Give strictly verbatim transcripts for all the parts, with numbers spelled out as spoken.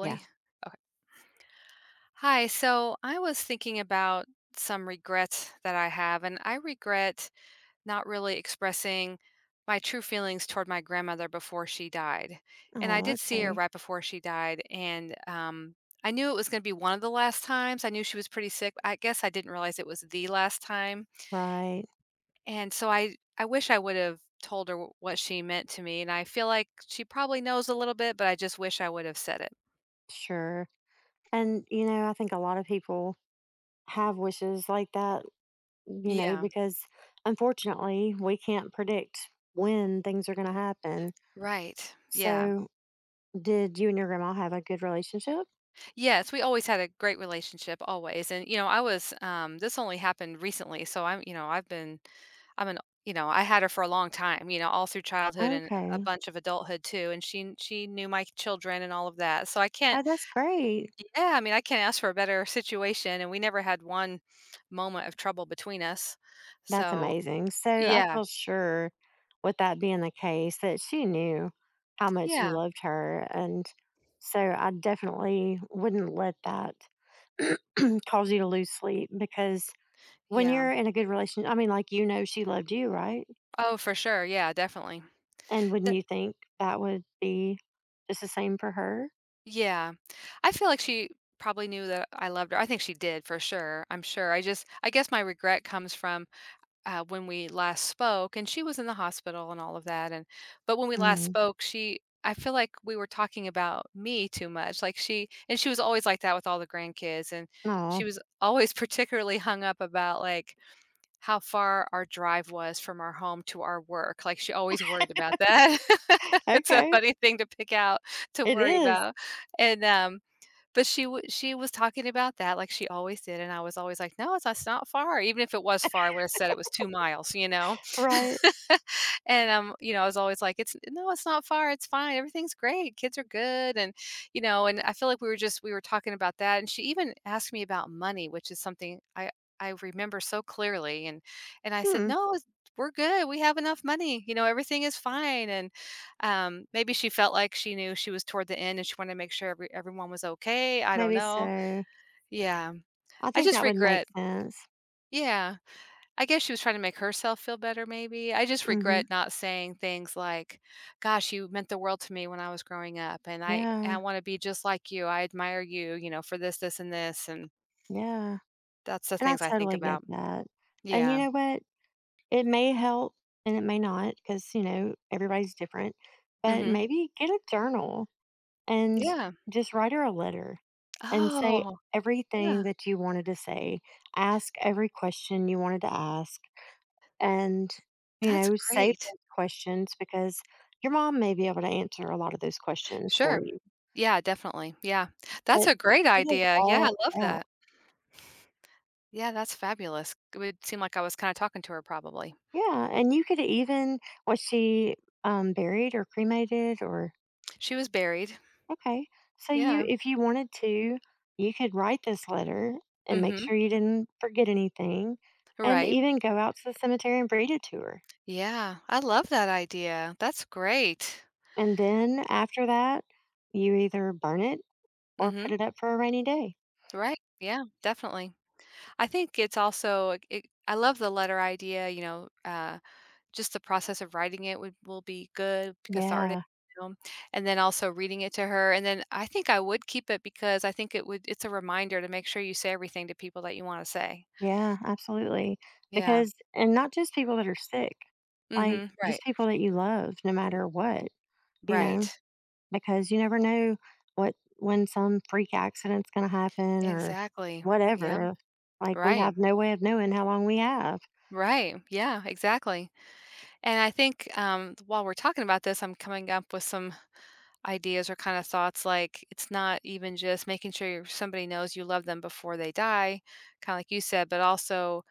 Yeah. Okay. Hi. So I was thinking about some regrets that I have, and I regret not really expressing my true feelings toward my grandmother before she died. And I Oh, did see her okay. right before she died, and um, I knew it was going to be one of the last times. I knew she was pretty sick. I guess I didn't realize it was the last time, Right. and so I I wish I would have told her wh- what she meant to me. And I feel like she probably knows a little bit, but I just wish I would have said it. Sure. And, you know, I think a lot of people have wishes like that, you know, Yeah. because unfortunately we can't predict when things are going to happen. Right. Yeah. So, did you and your grandma have a good relationship? Yes, we always had a great relationship, always. And you know, I was um this only happened recently, so I'm, you know, I've been I'm an you know, I had her for a long time, you know, all through childhood and a Okay. bunch of adulthood too. And she she knew my children and all of that. So I can't Oh, that's great. yeah, I mean, I can't ask for a better situation and we never had one moment of trouble between us. That's So, amazing. So, I yeah. feel sure with that being the case that she knew how much you Yeah. loved her. And so, I definitely wouldn't let that cause you to lose sleep because when Yeah. you're in a good relationship, I mean, like, you know, she loved you, right? Oh, for sure. Yeah, definitely. And wouldn't you think that would be just the same for her? Yeah. I feel like she probably knew that I loved her. I think she did for sure. I'm sure. I just, I guess my regret comes from uh, when we last spoke, and she was in the hospital and all of that. And, but when we last Mm, spoke, she, I feel like we were talking about me too much. Like she, and she was always like that with all the grandkids. And she no. was always particularly hung up about like, how far our drive was from our home to our work, like, she always worried about that. It's a Okay. funny thing to pick out to It worry is. about, and, um, but she w she was talking about that like she always did, and I was always like, "No, it's that's not far." Even if it was far, I would have said it was two miles, you know? Right. And um, you know, I was always like, "It's No, it's not far. It's fine. Everything's great. Kids are good." And you know, and I feel like we were just we were talking about that, and she even asked me about money, which is something I I remember so clearly. And and I said, Hmm. "No, it's- we're good. We have enough money. You know, everything is fine." And um, maybe she felt like she knew she was toward the end, and she wanted to make sure every, everyone was okay. I don't Maybe know. so. Yeah, I I think just that would make regret. sense. Yeah. I guess she was trying to make herself feel better maybe. I just Hmm. regret not saying things like, "Gosh, you meant the world to me when I was growing up, and I Yeah. I wanna be just like you. I admire you, you know, for this, this, and this," and Yeah. that's the And I things I think totally get about. that. And you Yeah. know what? It may help and it may not because, you know, everybody's different, but Mhm. maybe get a journal and Yeah. just write her a letter and say Oh, everything yeah. that you wanted to say. Ask every question you wanted to ask and, you That's know, save great. those questions because your mom may be able to answer a lot of those questions for Sure. you. Yeah, definitely. Yeah. That's But a just great get it idea. Yeah, all I love out. that. Yeah, that's fabulous. It would seem like I was kinda talking to her probably. Yeah. And you could even, was she um, buried or cremated, or She was buried. okay. So you, Yeah. if you wanted to, you could write this letter and make Mhm. sure you didn't forget anything and Right. even go out to the cemetery and read it to her. Yeah, I love that idea. That's great. And then after that, you either burn it or put Mhm. it up for a rainy day. Right. Yeah, definitely. I think it's also like, it, I love the letter idea, you know, uh just the process of writing it would will be good, cathartic, Yeah. you know, and then also reading it to her. And then I think I would keep it because I think it would it's a reminder to make sure you say everything to people that you want to say. Yeah, absolutely. Yeah. Because and not just people that are sick, like Mhm. Right. just people that you love no matter what, you know. Right. Because you never know what when some freak accident's going to happen or Exactly. Yep. whatever. Like we Right. have no way of knowing how long we have. Right. Yeah, exactly. And I think, um, while we're talking about this, I'm coming up with some ideas or kind of thoughts like it's not even just making sure your somebody knows you love them before they die, kind of like you said, but also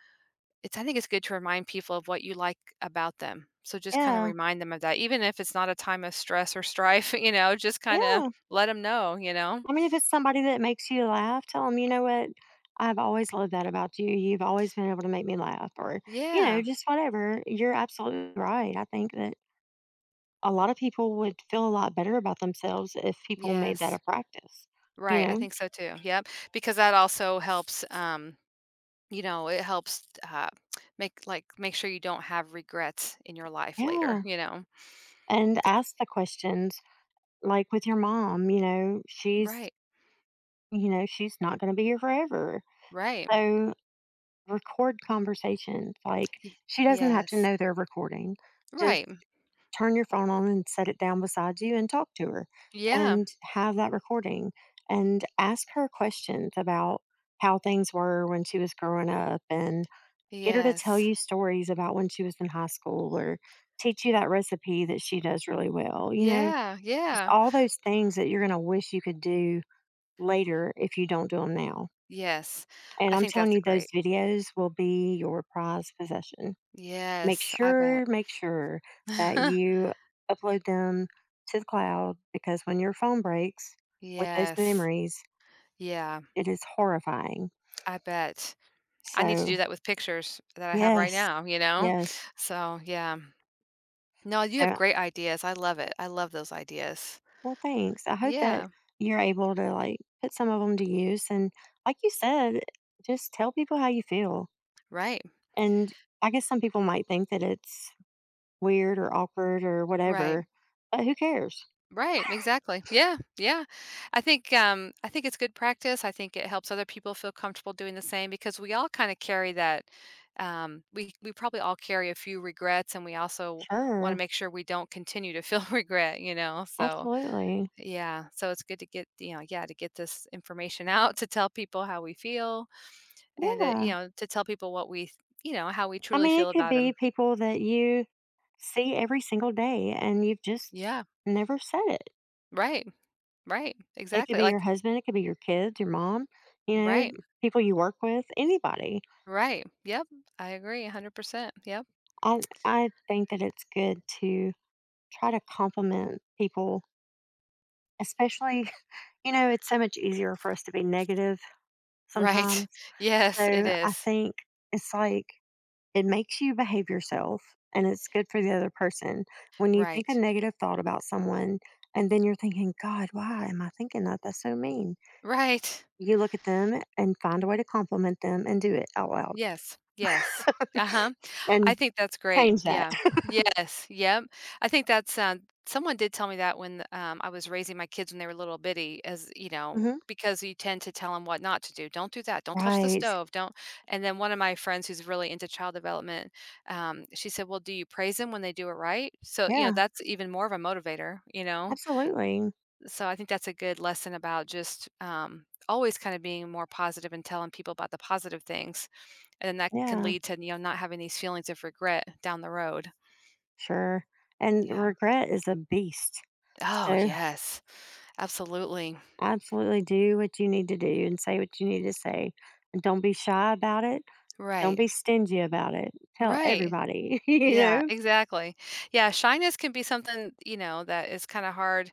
it's I think it's good to remind people of what you like about them. So just kind of Yeah, remind them of that, even if it's not a time of stress or strife, you know, just kind of yeah. let them know, you know? I mean, if it's somebody that makes you laugh, tell them, you know what? I've always loved that about you. You've always been able to make me laugh, or you know, Yeah. just whatever. You're absolutely right. I think that a lot of people would feel a lot better about themselves if people made that a Yes. practice. Right. You know, I think so too. Yep. Because that also helps. Um, You know, it helps, uh, make like, make sure you don't have regrets in your life later, yeah, you know? and 'Cause ask the questions like with your mom, you know, she's, Right, you know, she's not going to be here forever. right. So record conversations. Like Y she doesn't have to yes. know they're recording. Just Right. turn your phone on and set it down beside you and talk to her Yeah. and have that recording and ask her questions about how things were when she was growing up and get her to tell Yes. you stories about when she was in high school or teach you that recipe that she does really well. You know, Yeah, just yeah. all those things that you're going to wish you could do later if you don't do them now. Yes. And I I'm think telling that's a you, those great videos will be your prized possession. Make Yes, I bet. sure, make sure that you upload them to the cloud because when your phone breaks with those Yes. memories, Yeah, it is horrifying. I bet. I need to So, do that with pictures that I have yes, right now, you know? yes. So, yeah. No, you have So, great ideas. I love it. I love those ideas. well, thanks. I hope that Yeah. you're able to like put some of them to use. And, like you said, just tell people how you feel. Right, And I guess some people might think that it's weird or awkward or right. whatever, but who cares? Right, exactly. Yeah, yeah. I think um I think it's good practice. I think it helps other people feel comfortable doing the same because we all kind of carry that um we we probably all carry a few regrets and we also want to Sure, make sure we don't continue to feel regret, you know. So, absolutely. yeah. So it's good to get, you know, yeah, to get this information out to tell people how we feel and uh, you Yeah. know, to tell people what we, th- you know, how we I truly mean, it feel could about be them. people that you see every single day and you've just Yeah. never said it. Right. Right. It could Exactly. be your Like husband, it could be your kids, your mom, you right. know, people you work with, anybody. Right. Yep. I agree one hundred percent. Yep. I I think that it's good to try to compliment people, especially, you know, it's so much easier for us to be negative Right. sometimes. Yes, it So I is. think it's like it makes you behave yourself and it's good for the other person. When you think a Right. negative thought about someone and then you're thinking, God, why am I thinking that? That's so mean. Right. You look at them and find a way to compliment them and do it out loud Yes. Yes. Uh-huh. I and think that's great. change that. Yeah. Yes. Yep. I think that's um someone did tell me that when um I was raising my kids when they were little bitty as, you know, Hmm. because you tend to tell them what not to do. Don't do that. Don't touch the Right. stove. Don't. And then one of my friends who's really into child development, um, she said, "Well, do you praise them when they do it right?" So, you know, Yeah, that's even more of a motivator, you know. absolutely. So I think that's a good lesson about just um, always kind of being more positive and telling people about the positive things, and then that can Yeah, lead to you know not having these feelings of regret down the road. sure. And Yeah. regret is a beast. Oh So yes, absolutely. absolutely do what you need to do and say what you need to say. And don't be shy about it. Don't Right. be stingy about it. Tell Right. everybody, you Yeah, know? exactly. Yeah, shyness can be something, you know, that is kind of hard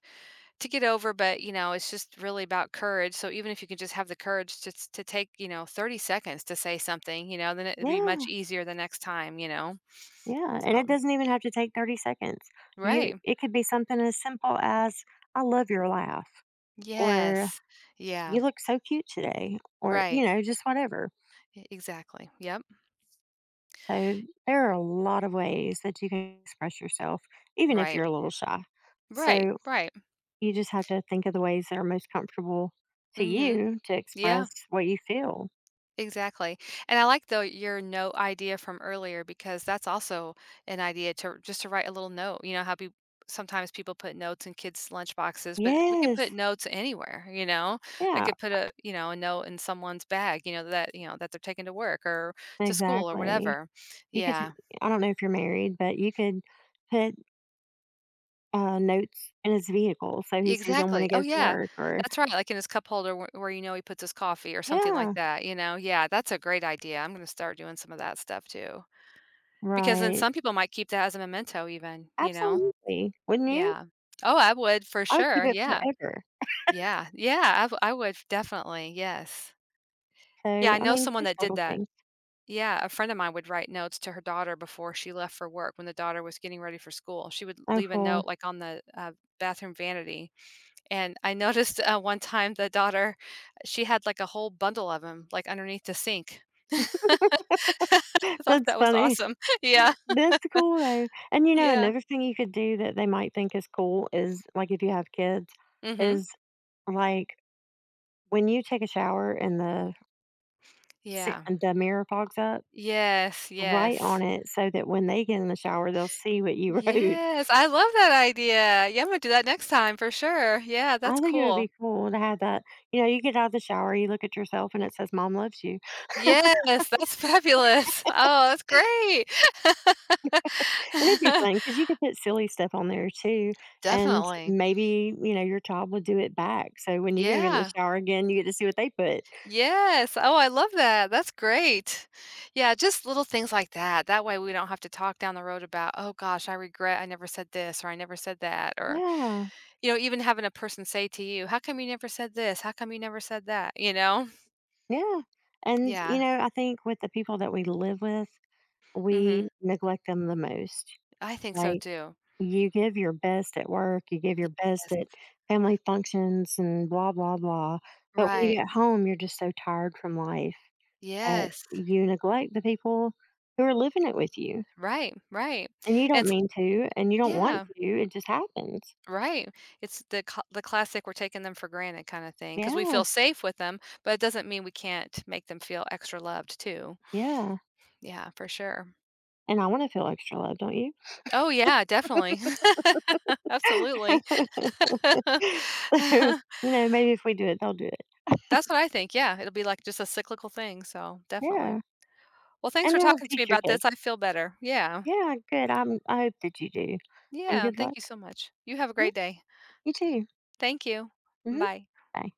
to get over, but you know, it's just really about courage. So even if you can just have the courage to s- to take, you know, thirty seconds to say something, you know, then it'd be much Yeah, easier the next time, you know. yeah, and So, it doesn't even have to take thirty seconds. You right. it could be something as simple as, "I love your laugh," Yes. or, Yeah. "You look so cute today," or, you Right. know, just whatever. E exactly. Yep. So, there are a lot of ways that you can express yourself, even if Right. you're a little shy. Right. So, Right. you just have to think of the ways that are most comfortable to Mhm. you to Yeah. express what you feel. Exactly. And I like, though, your note idea from earlier because that's also an idea to just to write a little note. You know how peop Sometimes people put notes in kids' lunchboxes, but we could Yes. put notes anywhere, you know? I Yeah, could put a, you know, a note in someone's bag, you know, that, you know, that they're taking to work or to school or exactly. whatever. You could, Yeah. I I don't know if you're married, but you could put, uh, notes in his vehicle so he sees them when Exactly. he Oh, goes to yeah. work, or That's right, like in his cup holder where where you know he puts his coffee or something like yeah, that, you know? Yeah, that's a great idea. I'm gonna start doing some of that stuff too. Because then right. some people might keep that as a memento even, you know? Absolutely. Wouldn't you? Yeah. Oh, I would for I would keep sure, it yeah. forever. Yeah, yeah, I w I would definitely, yes. Yeah, So, I I know mean, someone just that did little that. things. Yeah, a friend of mine would write notes to her daughter before she left for work when the daughter was getting ready for school. She would Oh, leave a cool. note, like, on the, uh, bathroom vanity. And I noticed uh, one time the daughter, she had like a whole bundle of them like underneath the sink. I thought That's that was funny. awesome. Yeah, That's cool, though. And, you know, yeah. another thing you could do that they might think is cool is, like, if you have kids, Mhm. is, like, when you take a shower and the si Yeah. and the mirror fogs up, Yes, write on yes. it so that when they get in the shower, they'll see what you wrote. Yes, I love that idea. Yeah, I'm gonna do that next time for sure. Yeah, I that's think it would cool. be cool to have that. You know, you get out of the shower, you look at yourself, and it says, "Mom loves you," Yes, that's fabulous. Oh, that's great. and it'd be fun because you could put silly stuff on there too, and Definitely. maybe you know your child will do it back. So when you go get in the Yeah. shower again, you get to see what they put. Yes. Oh, I love that. That's great. Yeah, just little things like that. That way we don't have to talk down the road about, "Oh gosh, I regret I never said this," or "I never said that," or Yeah, you know, even having a person say to you, "How come you never said this? How come you never said that?" You know? yeah, and you Yeah. know, I think with the people that we live with, Mhm. we neglect them the most. I think so Like, too. you give your best at work, you give your best Yes. at family functions and blah, blah, blah. But when you Right. get home, you're just so tired from life that Yes. you neglect the people who are living it with you. Right, right. And you And don't It's mean to, and you don't want yeah. to. It just happens. Right. It's the cl the classic we're taking them for granted kinda thing thing because we Yeah. feel safe with them, but it doesn't mean we can't make them feel extra loved too. Yeah. Yeah, for sure. And I want to feel extra love, don't you? Oh, yeah, definitely. Absolutely. So, you know, maybe if we do it, they'll do it. That's what I think, yeah, it'll be like just a cyclical thing, so definitely. Yeah. Well, thanks And for it'll talking to me teach your about kids. this, I feel better. Yeah. Yeah, good. I'm, I hope that you do. And Yeah, good luck. thank you so much. You have a Mhm. great day. You too. Thank you. Hmm. Bye. Bye.